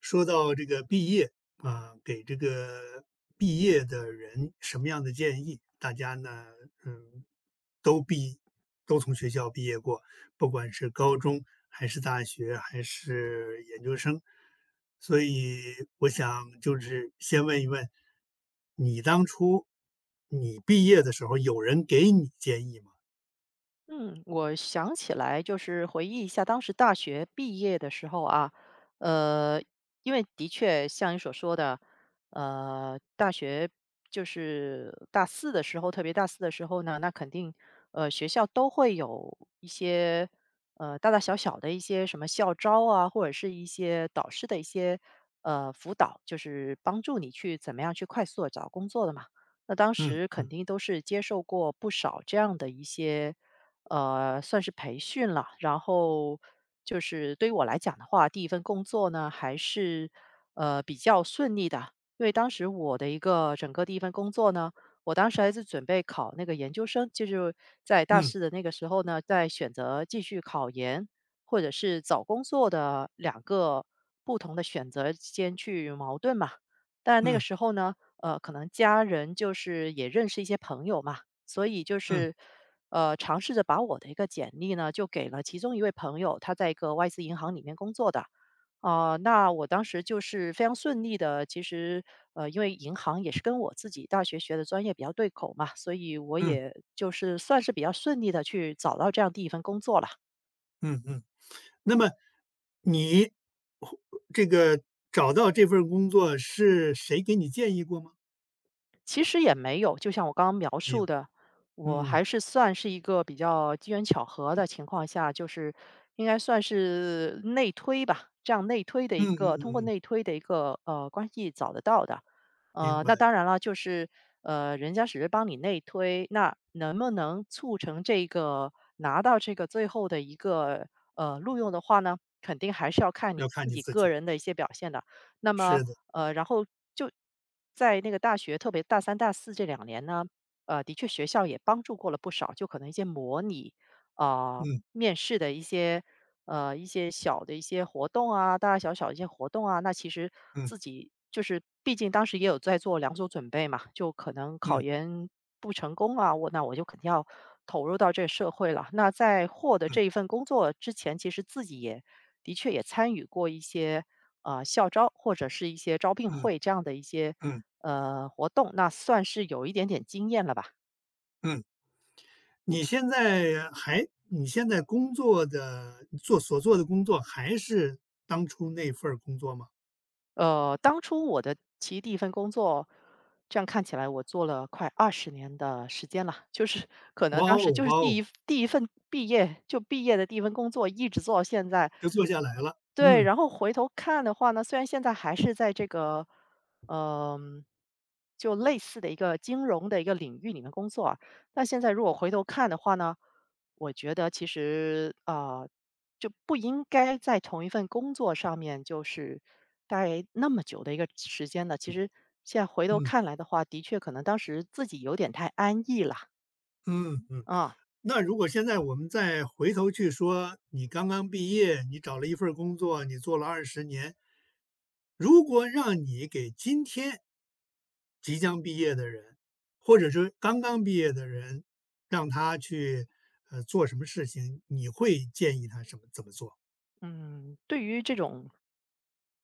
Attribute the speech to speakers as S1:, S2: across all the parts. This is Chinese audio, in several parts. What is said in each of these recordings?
S1: 说到这个毕业啊，给这个毕业的人什么样的建议？大家呢，嗯，都毕都从学校毕业过，不管是高中还是大学还是研究生，所以我想就是先问一问，你当初你毕业的时候，有人给你建议吗？
S2: 嗯，我想起来，就是回忆一下当时大学毕业的时候啊，呃，因为的确像你所说的，大学就是大四的时候，特别大四的时候呢，那肯定，学校都会有一些，大大小小的一些什么校招啊，或者是一些导师的一些，辅导，就是帮助你去怎么样去快速的找工作的嘛。那当时
S1: 嗯
S2: 肯定都是接受过不少这样的一些算是培训了。然后就是对于我来讲的话，第一份工作呢，还是比较顺利的，因为当时我的一个整个第一份工作呢，我当时还是准备考那个研究生，就是在大
S1: 嗯
S2: 四的那个时候呢，在选择继续考研或者是找工作的两个不同的选择之间去矛盾嘛。但那个
S1: 嗯
S2: 时候呢，可能家人就是也认识一些朋友嘛，所以就
S1: 嗯
S2: 是尝试着把我的一个简历呢，就给了其中一位朋友，他在一个外资银行里面工作的。那我当时就是非常顺利的，其实因为银行也是跟我自己大学学的专业比较对口嘛，所以我
S1: 嗯嗯
S2: 也就是算是比较顺利的去找到这样第一份工作了。
S1: 嗯嗯。那么你这个找到这份工作是谁给你建议过吗？
S2: 其实也没有，就像我刚刚描
S1: 没
S2: 述
S1: 有，
S2: 的，我还
S1: 嗯，
S2: 是算是一个比较机缘巧合的情况下，就是应该算是内推吧，这样内推的
S1: 嗯
S2: 一
S1: 嗯
S2: 个通过
S1: 嗯嗯，
S2: 内推的一个关系找得到的。
S1: 明白，
S2: 那当然了，就是人家只是帮你内推，那能不能促成这个拿到这个最后的一个录用的话呢？肯定还是要看
S1: 要
S2: 你
S1: 看
S2: 自
S1: 你
S2: 己
S1: 自
S2: 个
S1: 己，
S2: 人的一些表现的。那么
S1: 是的，
S2: 然后就在那个大学，特别大三、大四这2年呢，的确学校也帮助过了不少，就可能一些模拟啊、
S1: 嗯
S2: 面试的一些小的一些活动啊，大大小小一些活动啊，那其实
S1: 嗯
S2: 自己就是毕竟当时也有在做两手准备嘛，就可能考
S1: 嗯
S2: 研不成功啊，那我就肯定要投入到这个社会了。那在获得这
S1: 嗯
S2: 一份工作之前，其实自己也的确也参与过一些。啊，校招或者是一些招聘
S1: 嗯
S2: 会这样的一些
S1: 嗯
S2: 活动，那算是有一点点经验了吧。
S1: 嗯。你现在还你现在工作的做所做的工作还是当初那份儿工作吗？
S2: 当初我的其实第一份工作，这样看起来我做了快20年的时间了，就是可能
S1: 哇
S2: 当时
S1: 哦
S2: 就是
S1: 哇
S2: 第
S1: 哦，
S2: 一第一份毕业就毕业的第一份工作，一直做到现在。
S1: 就做下来了，
S2: 对，
S1: 嗯
S2: 然后回头看的话呢，虽然现在还是在这个，嗯、就类似的一个金融的一个领域里面工作啊，但现在如果回头看的话呢，我觉得其实就不应该在同一份工作上面就是待那么久的一个时间的。其实现在回头
S1: 嗯
S2: 看来的话，的确可能当时自己有点太安逸了
S1: 嗯嗯。
S2: 啊。
S1: 那如果现在我们再回头去说，你刚刚毕业，你找了一份儿工作，你做了二十年。如果让你给今天即将毕业的人，或者说刚刚毕业的人，让他去，做什么事情，你会建议他怎么做？
S2: 嗯，对于这种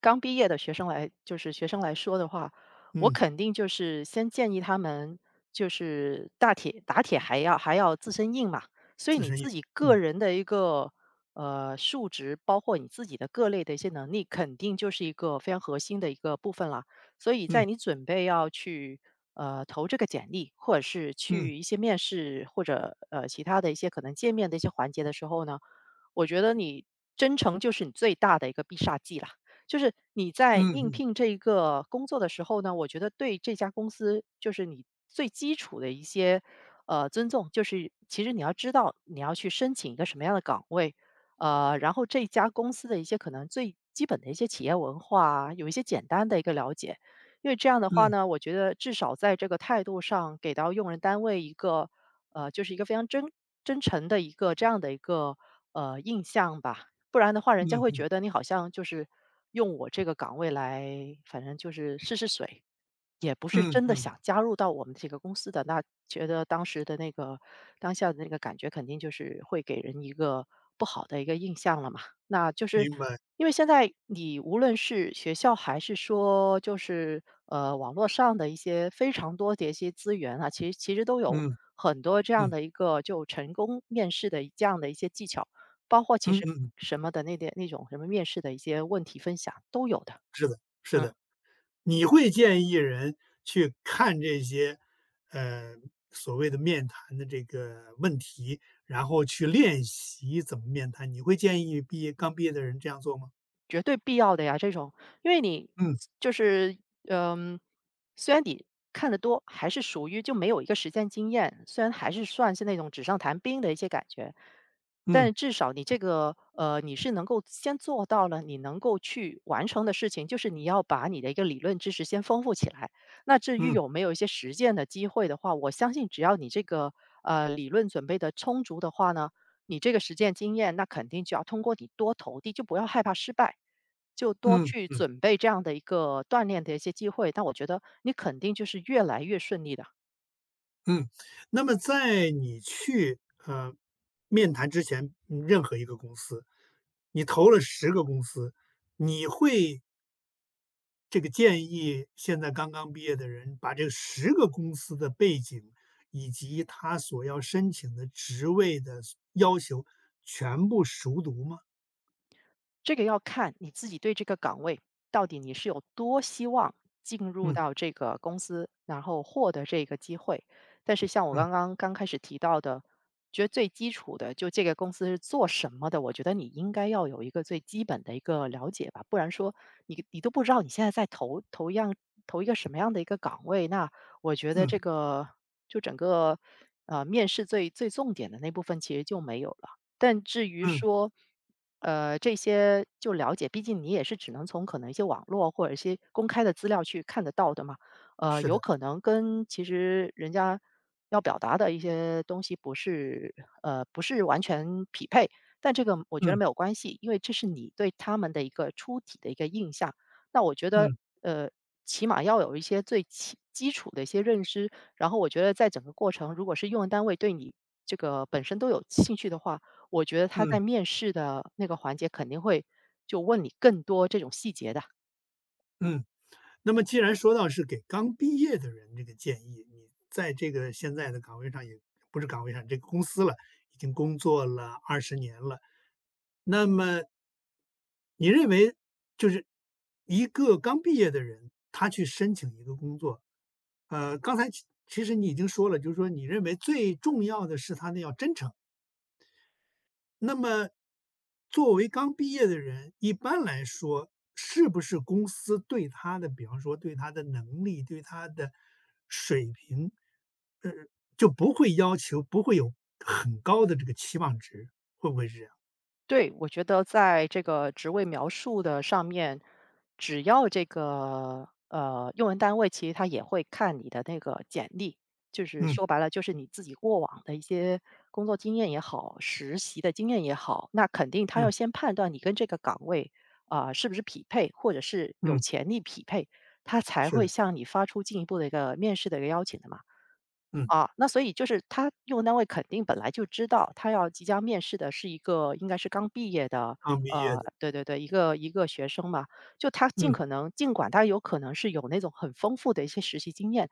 S2: 刚毕业的学生来说的话，我
S1: 嗯，
S2: 肯定就是先建议他们，就是大铁打铁还要自身硬嘛，所以
S1: 自
S2: 你
S1: 身
S2: 自
S1: 业
S2: 己个
S1: 嗯，
S2: 人的一个数值，包括你自己的各类的一些能力，肯定就是一个非常核心的一个部分了。所以在
S1: 嗯，
S2: 你准备要去投这个简历，或者是
S1: 嗯，
S2: 去一些面试或者其他的一些可能见面的一些环节的时候呢。我觉得你真诚就是你最大的一个必杀技啦。就是你在
S1: 嗯
S2: 应
S1: 嗯，
S2: 聘这一个工作的时候呢，我觉得对这家公司就是你最基础的一些尊重，就是其实你要知道你要去申请一个什么样的岗位，然后这家公司的一些可能最基本的一些企业文化啊有一些简单的一个了解。因为这样的话
S1: 嗯，
S2: 呢，我觉得至少在这个态度上给到用人单位一个就是一个非常真诚的一个这样的一个印象吧，不然的话，
S1: 嗯
S2: 人家会
S1: 嗯，
S2: 觉得你好像就是用我这个岗位来，反正就是试试水。也不是
S1: 嗯
S2: 真的
S1: 嗯，
S2: 想加入到我们这个公司的，那觉得当时的那个当下的那个感觉，肯定就是会给人一个不好的一个印象了嘛。那就是
S1: 明白，
S2: 因为现在你无论是学校还是说就是网络上的一些非常多的一些资源啊，其实都有
S1: 嗯，
S2: 很多这样
S1: 嗯，
S2: 的一个就成功面试的这样的一些技巧，包括其
S1: 嗯嗯
S2: 实
S1: 嗯，
S2: 什么的那点那种什么面试的一些问题分享都有的，
S1: 是的，是
S2: 嗯。
S1: 的。你会建议人去看这些，呃，所谓的面谈的这个问题，然后去练习怎么面谈，你会建议刚毕业的人这样做吗？
S2: 绝对必要的呀，这种，因为你
S1: 嗯
S2: 就是嗯，虽然你看得多，还是属于就没有一个实践经验，虽然还是算是那种纸上谈兵的一些感觉，
S1: 嗯
S2: 但至少你这个呃，你是能够先做到了，你能够去完成的事情，就是你要把你的一个理论知识先丰富起来。那至于
S1: 嗯
S2: 有没有一些实践的机会的话，我相信只要你这个理论准备的充足的话呢，你这个实践经验，那肯定就要通过你多投递，就不要害怕失败，就多
S1: 嗯
S2: 去
S1: 嗯
S2: 准备这样的一个锻炼的一些机会。那我觉得你肯定就是越来越顺利的。
S1: 嗯。那么在你去，呃，面谈之前，任何一个公司，你投了十个公司，你会建议现在刚刚毕业的人，把这十个公司的背景，以及他所要申请的职位的要求全部熟读吗？
S2: 这个要看你自己对这个岗位到底你是有多希望进入
S1: 嗯
S2: 到这个公司，然后获得这个机会。但是像我刚
S1: 嗯
S2: 刚刚开始提到的，觉得最基础的，就这个公司是做什么的，我觉得你应该要有一个最基本的一个了解吧，不然说你都不知道你现在在投一个什么样的一个岗位，那我觉得
S1: 嗯
S2: 这个就整个面试最最重点的那部分其实就没有了。但至于
S1: 嗯，
S2: 说，这些就了解，毕竟你也是只能从可能一些网络或者一些公开的资料去看得到的嘛。
S1: 是
S2: 有
S1: 的，
S2: 可能跟其实人家要表达的一些东西不是，不是完全匹配，但这个我觉得没
S1: 嗯
S2: 有关系，因为这是你对他们的一个初体的一个印象。那我觉得，
S1: 嗯
S2: 呃，起码要有一些最基础的一些认知，然后我觉得在整个过程，如果是用人单位对你这个本身都有兴趣的话，我觉得他在
S1: 嗯
S2: 面试的那个环节肯定会就问你更多这种细节的。
S1: 嗯。那么既然说到是给刚毕业的人这个建议，你在这个现在的岗位上也不是岗位上，这个公司了，已经工作了二十年了，那么你认为就是一个刚毕业的人，他去申请一个工作，刚才其实你已经说了，就是说你认为最重要的是他要真诚。那么作为刚毕业的人，一般来说，是不是公司对他的，比方说对他的能力、对他的水平，就不会要求，不会有很高的这个期望值，会不会是这样？
S2: 对，我觉得在这个职位描述的上面，只要这个用人单位其实他也会看你的那个简历，就是
S1: 嗯
S2: 说白了就是你自己过往的一些工作经验也好，实习的经验也好，那肯定他要
S1: 嗯
S2: 先判断你跟这个岗位是不是匹配，或者是有
S1: 嗯，
S2: 潜力匹配，他才
S1: 是
S2: 会
S1: 的，
S2: 向你发出进一步的一个面试的一个邀请的嘛。
S1: 嗯。
S2: 啊，那所以就是他用人单位肯定本来就知道，他要即将面试的是一个应该是刚毕业的，
S1: 刚毕业的，
S2: 对对对，一个学生嘛。就他尽
S1: 嗯
S2: 可能尽管他有可能是有那种很丰富的一些实习经验，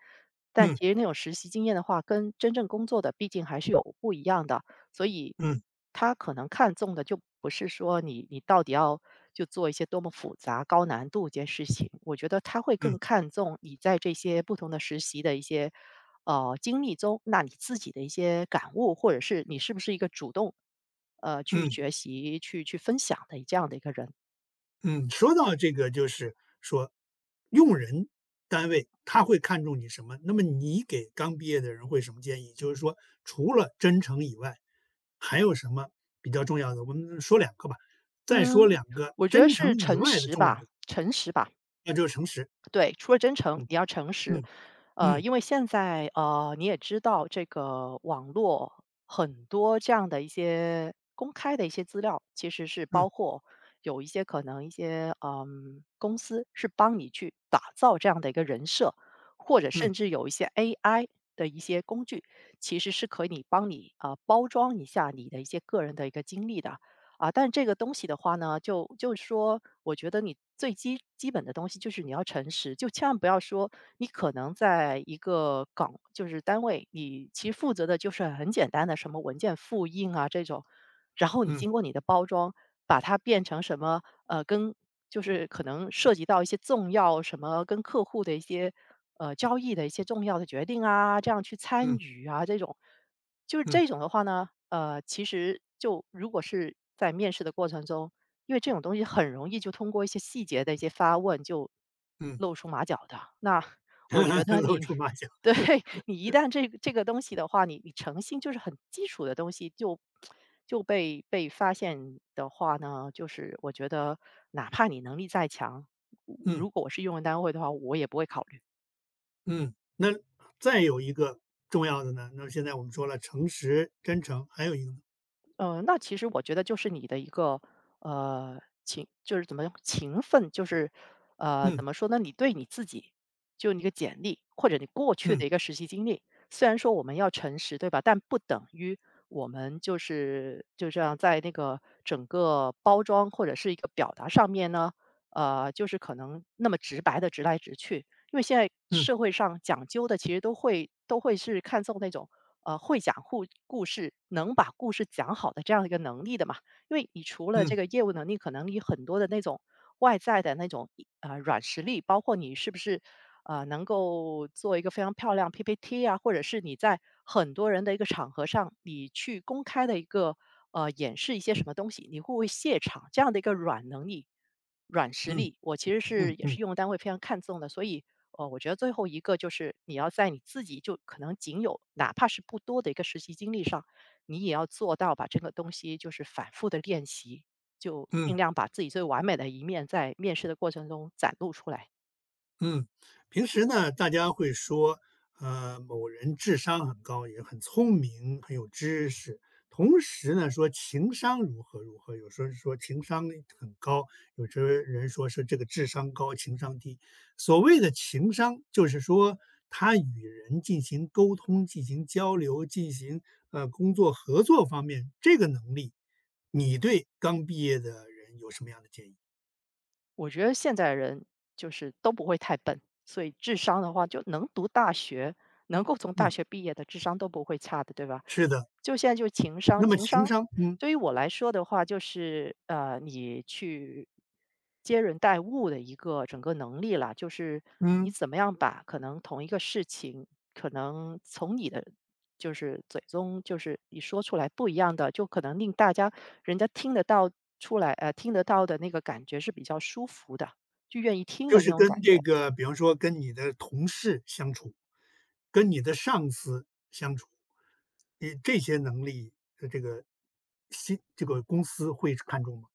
S2: 但
S1: 嗯
S2: 其实那种实习经验的话，跟真正工作的毕竟还是有不一样的。所以
S1: 嗯
S2: 他可能看重的就不是说你到底要就做一些多么复杂、高难度一件事情，我觉得他会更
S1: 嗯
S2: 看重你在这些不同的实习的一些经历中，那你自己的一些感悟，或者是你是不是一个主动，去
S1: 嗯
S2: 学习、去分享的这样的一个人？
S1: 嗯。说到这个就是说，用人单位他会看重你什么？那么你给刚毕业的人会什么建议？就是说，除了真诚以外，还有什么比较重要的？我们说两个吧，再说
S2: 嗯，
S1: 两个
S2: 我觉得
S1: 真诚
S2: 是
S1: 以
S2: 诚
S1: 外的
S2: 实
S1: 重要
S2: 吧，
S1: 的，
S2: 诚实吧。
S1: 那就是诚实。
S2: 对，除了真诚，
S1: 嗯
S2: 你要诚实。
S1: 嗯嗯
S2: 因为现在你也知道这个网络很多这样的一些公开的一些资料，其实是包
S1: 嗯
S2: 括有一些可能一些公司是帮你去打造这样的一个人设，或者甚
S1: 嗯
S2: 至有一些 AI 的一些工具，其实是可以帮你啊、包装一下你的一些个人的一个经历的。啊，但这个东西的话呢，就是说，我觉得你最基本的东西就是你要诚实，就千万不要说你可能在一个岗，就是单位，你其实负责的就是很简单的什么文件复印啊这种，然后你
S1: 嗯
S2: 经过你的包装，把它变成什么跟就是可能涉及到一些重要什么跟客户的一些交易的一些重要的决定啊，这样去参
S1: 嗯
S2: 与啊这种，就是
S1: 嗯
S2: 这种的话呢，其实就如果是在面试的过程中，因为这种东西很容易就通过一些细节的一些发问就
S1: 嗯，
S2: 露出马脚的，那我觉 得
S1: 露
S2: 你
S1: 出马脚。
S2: 对，你一旦这个东西的话，你诚信就是很基础的东西，就被发现的话呢，就是我觉得哪怕你能力再强，
S1: 嗯。
S2: 如果我是用人单位的话，我也不会考虑。
S1: 嗯，那再有一个重要的呢，那现在我们说了诚实、真诚，还有一个呢，
S2: 那其实我觉得就是你的一个勤，就是怎么样勤奋，就是
S1: 嗯
S2: 怎么说呢？你对你自己就你一个简历或者你过去的
S1: 嗯
S2: 一个实习经历，虽然说我们要诚实，对吧？但不等于我们就是就这样在那个整个包装或者是一个表达上面呢，就是可能那么直白的直来直去，因为现在
S1: 嗯
S2: 社会上讲究的其实都会是看重那种。会讲故事，能把故事讲好的这样一个能力的嘛。因为你除了这
S1: 嗯
S2: 个业务能力，可能你很多的那种外在的那种软实力，包括你是不是能够做一个非常漂亮 PPT 啊，或者是你在很多人的一个场合上，你去公开的一个演示一些什么东西，你会不会谢场这样的一个软能力、软实
S1: 嗯
S2: 力，我其实
S1: 嗯
S2: 是
S1: 嗯
S2: 也
S1: 嗯
S2: 是用人单位非常看重的，所以哦，我觉得最后一个就是你要在你自己就可能仅有哪怕是不多的一个实习经历上，你也要做到把这个东西就是反复的练习，就尽
S1: 嗯。
S2: 量把自己最完美的一面在面试的过程中展露出来。
S1: 嗯，平时呢，大家会说，某人智商很高，也很聪明，很有知识。同时呢，说情商如何如何，有时候说情商很高，有时候人说是这个智商高，情商低。所谓的情商，就是说他与人进行沟通、进行交流、进行工作合作方面这个能力，你对刚毕业的人有什么样的建议？
S2: 我觉得现在人就是都不会太笨，所以智商的话，就能读大学，能够从大
S1: 嗯，
S2: 学毕业的智商都不会差的，对吧？
S1: 是的。
S2: 就现在就情商，
S1: 那么
S2: 情
S1: 情
S2: 商
S1: 商，嗯
S2: 对于我来说的话，就是你去接人待物的一个整个能力啦，就是你
S1: 嗯。
S2: 怎么样把可能同一个事情，可能从你的就是嘴中就是你说出来不一样的，就可能令大家人家听得到出来，听得到的那个感觉是比较舒服的，就愿意听
S1: 就
S2: 的那
S1: 是
S2: 种感
S1: 跟这
S2: 觉。
S1: 个，比方说跟你的同事相处，跟你的上司相处，你这些能力的这个新这个公司会看重吗？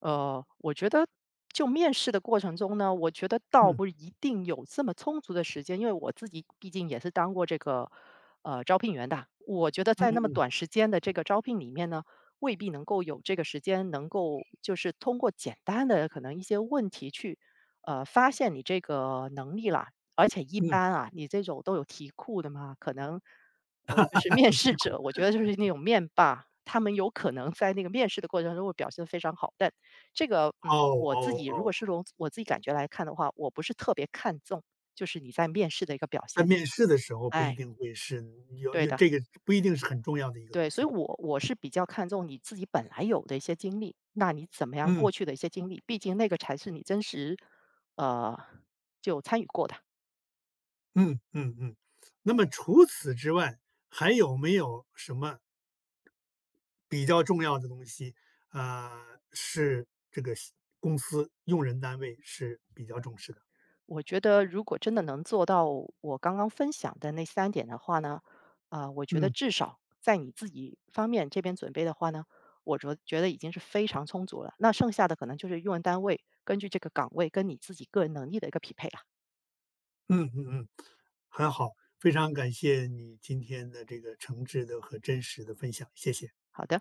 S2: 我觉得就面试的过程中呢，我觉得倒
S1: 嗯
S2: 不一定有这么充足的时间，因为我自己毕竟也是当过这个招聘员的。我觉得
S1: 嗯
S2: 在那
S1: 嗯
S2: 么
S1: 嗯
S2: 短时间的这个招聘里面呢，未必能够有这个时间，能够就是通过简单的可能一些问题去发现你这个能力啦。而且一
S1: 嗯，
S2: 般啊，你这种都有题库的嘛，可能就是
S1: 很
S2: 面试
S1: 辛苦。
S2: 者，我觉得就是那种面霸，他们有可能在那个面试的过程中会表现得非常好，但这个，
S1: 哦
S2: 嗯，我自
S1: 哦
S2: 己如
S1: 哦，
S2: 果是从我自己感觉来看的话，我不是特别看重，就是你在面试的一个表
S1: 在
S2: 现。
S1: 面试的时候不一
S2: 哎，
S1: 定会是有
S2: 对
S1: 有
S2: 的，
S1: 这个不一定是很重要的一个
S2: 对，
S1: 东
S2: 所以
S1: 西。
S2: 我是比较看重你自己本来有的一些经历，那你怎么样
S1: 嗯
S2: 过去的一些经历，毕竟那个才是你真实，呃，就参与过的。
S1: 嗯嗯嗯。那么除此之外，还有没有什么比较重要的东西，是这个公司用人单位是比较重视的。
S2: 我觉得如果真的能做到我刚刚分享的那3点的话呢，啊，我觉得
S1: 嗯
S2: 至少在你自己方面这边准备的话呢，我觉得已经是非常充足了。那剩下的可能就是用人单位根据这个岗位跟你自己个人能力的一个匹配啊。
S1: 嗯嗯嗯，很好，非常感谢你今天的这个诚挚的和真实的分享，谢谢。
S2: 好的。